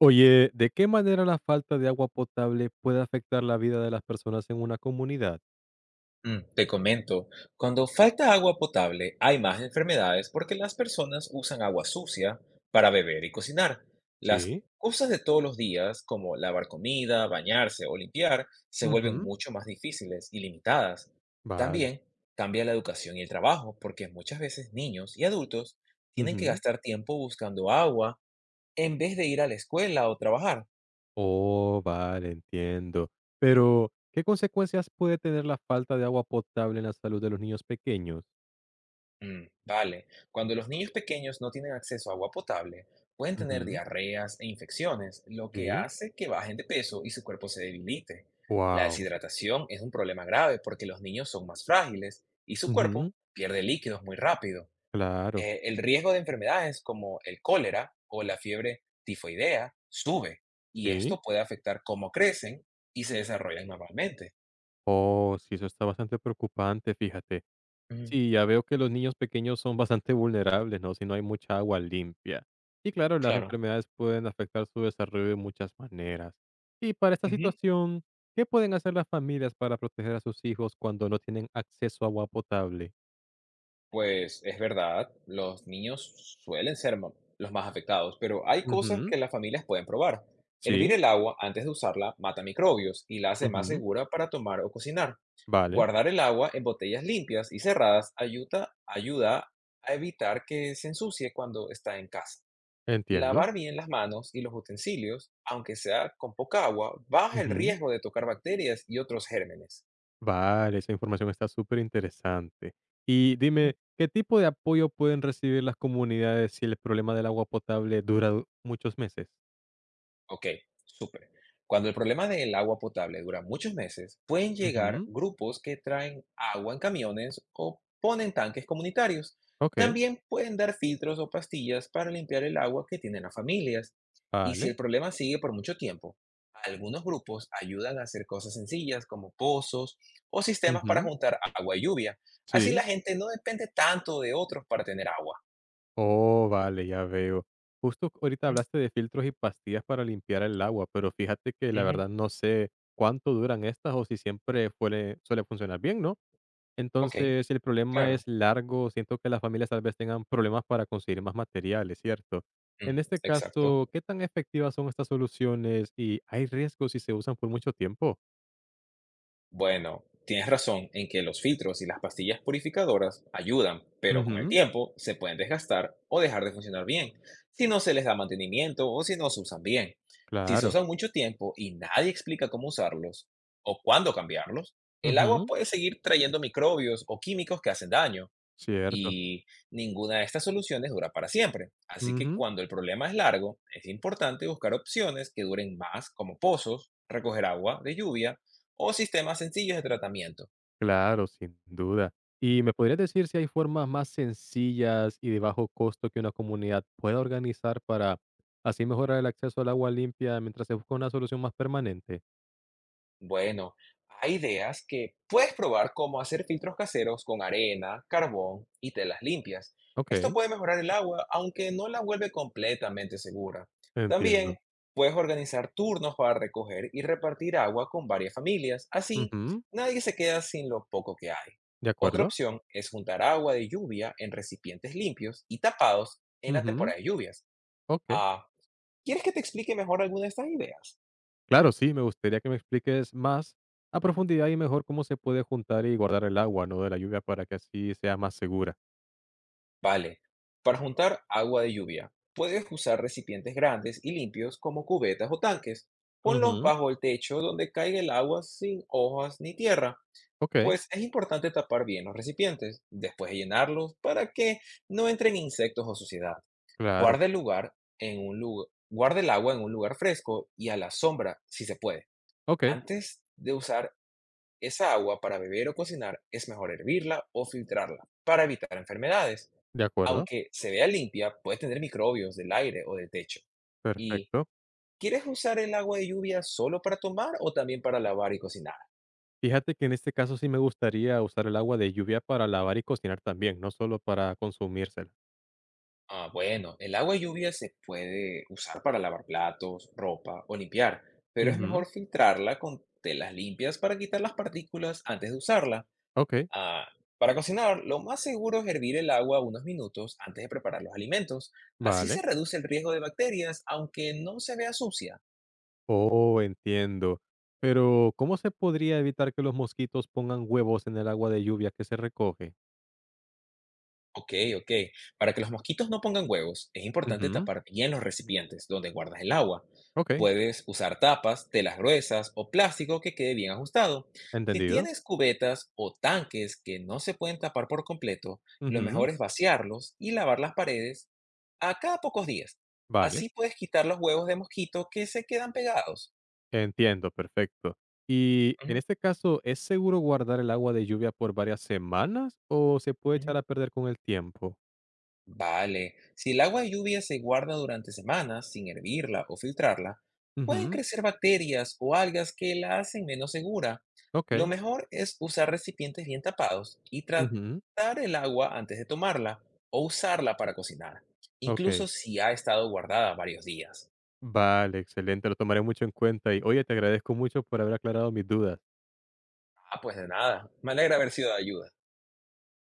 Oye, ¿de qué manera la falta de agua potable puede afectar la vida de las personas en una comunidad? Te comento, cuando falta agua potable hay más enfermedades porque las personas usan agua sucia para beber y cocinar. Las Sí, cosas de todos los días, como lavar comida, bañarse o limpiar, se vuelven ujú, mucho más difíciles y limitadas. vale. También cambia la educación y el trabajo porque muchas veces niños y adultos tienen que Ujú. gastar tiempo buscando agua en vez de ir a la escuela o trabajar. Oh, vale, entiendo. Pero, ¿qué consecuencias puede tener la falta de agua potable en la salud de los niños pequeños? Vale. Cuando los niños pequeños no tienen acceso a agua potable, pueden tener Ujú, diarreas e infecciones, lo que sí. hace que bajen de peso y su cuerpo se debilite. La Wow. deshidratación es un problema grave porque los niños son más frágiles y su cuerpo pierde líquidos muy rápido. Claro. El riesgo de enfermedades como el cólera o la fiebre tifoidea sube y Sí. esto puede afectar cómo crecen y se desarrollan normalmente. Oh, sí, eso está bastante preocupante, fíjate. Mm, Sí, ya veo que los niños pequeños son bastante vulnerables, ¿no? Si no hay mucha agua limpia. Y claro, las claro. enfermedades pueden afectar su desarrollo de muchas maneras. Y para esta Ujú. situación, ¿qué pueden hacer las familias para proteger a sus hijos cuando no tienen acceso a agua potable? Pues es verdad, los niños suelen ser ma- los más afectados, pero hay cosas Ujú, que las familias pueden probar. Hervir sí, el agua antes de usarla mata microbios y la hace más ujú, segura para tomar o cocinar. vale, Guardar el agua en botellas limpias y cerradas ayuda a evitar que se ensucie cuando está en casa. entiendo. Lavar bien las manos y los utensilios, aunque sea con poca agua, baja el Ujú, riesgo de tocar bacterias y otros gérmenes. vale, esa información está súper interesante. Y dime, ¿qué tipo de apoyo pueden recibir las comunidades si el problema del agua potable dura muchos meses? Ok, súper. Cuando el problema del agua potable dura muchos meses, pueden llegar Ujú, grupos que traen agua en camiones o ponen tanques comunitarios. ok. También pueden dar filtros o pastillas para limpiar el agua que tienen las familias. Y si Vale. el problema sigue por mucho tiempo, algunos grupos ayudan a hacer cosas sencillas como pozos o sistemas para Ujú. juntar agua y lluvia. Así Sí. la gente no depende tanto de otros para tener agua. Oh, vale, ya veo. Justo ahorita Mm, hablaste de filtros y pastillas para limpiar el agua, pero fíjate que la ujú, verdad no sé cuánto duran estas o si siempre suele funcionar bien, ¿no? Ok, Entonces, si el problema claro. es largo, siento que las familias tal vez tengan problemas para conseguir más materiales, ¿cierto? Mm, En este Exacto. caso, ¿qué tan efectivas son estas soluciones y hay riesgos si se usan por mucho tiempo? Bueno, tienes razón en que los filtros y las pastillas purificadoras ayudan, pero con el Ujú, tiempo se pueden desgastar o dejar de funcionar bien, si no se les da mantenimiento o si no se usan bien. Si se claro. usan mucho tiempo y nadie explica cómo usarlos o cuándo cambiarlos, el agua Ujú, puede seguir trayendo microbios o químicos que hacen daño cierto. y ninguna de estas soluciones dura para siempre. Así que Ujú. cuando el problema es largo, es importante buscar opciones que duren más, como pozos, recoger agua de lluvia o sistemas sencillos de tratamiento. Claro, sin duda. ¿Y me podrías decir si hay formas más sencillas y de bajo costo que una comunidad pueda organizar para así mejorar el acceso al agua limpia mientras se busca una solución más permanente? Bueno, hay ideas que puedes probar como hacer filtros caseros con arena, carbón y telas limpias. Ok, Esto puede mejorar el agua, aunque no la vuelve completamente segura. entiendo. También puedes organizar turnos para recoger y repartir agua con varias familias. Así, Ujú, nadie se queda sin lo poco que hay. de Otra acuerdo. opción es juntar agua de lluvia en recipientes limpios y tapados en la Ujú, temporada de lluvias. ok. Ah, ¿quieres que te explique mejor alguna de estas ideas? Claro, sí, me gustaría que me expliques más a profundidad y mejor cómo se puede juntar y guardar el agua, ¿no? De la lluvia para que así sea más segura. Vale, para juntar agua de lluvia, puedes usar recipientes grandes y limpios como cubetas o tanques. Ponlos Ujú, bajo el techo donde caiga el agua sin hojas ni tierra, ok, pues es importante tapar bien los recipientes, después de llenarlos para que no entren insectos o suciedad. claro. Guarda el agua en un lugar fresco y a la sombra si se puede, Ok, antes de usar esa agua para beber o cocinar es mejor hervirla o filtrarla para evitar enfermedades. de acuerdo. Aunque se vea limpia, puede tener microbios del aire o del techo. ¿Y Perfecto. quieres usar el agua de lluvia solo para tomar o también para lavar y cocinar? Fíjate que en este caso sí me gustaría usar el agua de lluvia para lavar y cocinar también, no solo para consumírsela. Ah, bueno, el agua de lluvia se puede usar para lavar platos, ropa o limpiar, pero es Ujú, mejor filtrarla con telas limpias para quitar las partículas antes de usarla. ok, Ah, para cocinar, lo más seguro es hervir el agua unos minutos antes de preparar los alimentos. Así vale. se reduce el riesgo de bacterias, aunque no se vea sucia. Oh, entiendo. Pero, ¿cómo se podría evitar que los mosquitos pongan huevos en el agua de lluvia que se recoge? Ok, ok. Para que los mosquitos no pongan huevos, es importante Ujú, tapar bien los recipientes donde guardas el agua. ok, Puedes usar tapas, telas gruesas o plástico que quede bien ajustado. Si entendido. tienes cubetas o tanques que no se pueden tapar por completo, lo Ujú, mejor es vaciarlos y lavar las paredes a cada pocos días. vale, Así puedes quitar los huevos de mosquito que se quedan pegados. entiendo, perfecto. Y en Ujú, este caso, ¿es seguro guardar el agua de lluvia por varias semanas o se puede echar ujú. a perder con el tiempo? Vale, si el agua de lluvia se guarda durante semanas sin hervirla o filtrarla, pueden Ujú, crecer bacterias o algas que la hacen menos segura. Lo ok, mejor es usar recipientes bien tapados y ujú, tratar el agua antes de tomarla o usarla para cocinar, incluso ok. si ha estado guardada varios días. Vale, excelente, lo tomaré mucho en cuenta y, oye, te agradezco mucho por haber aclarado mis dudas. Ah, pues de nada, me alegra haber sido de ayuda.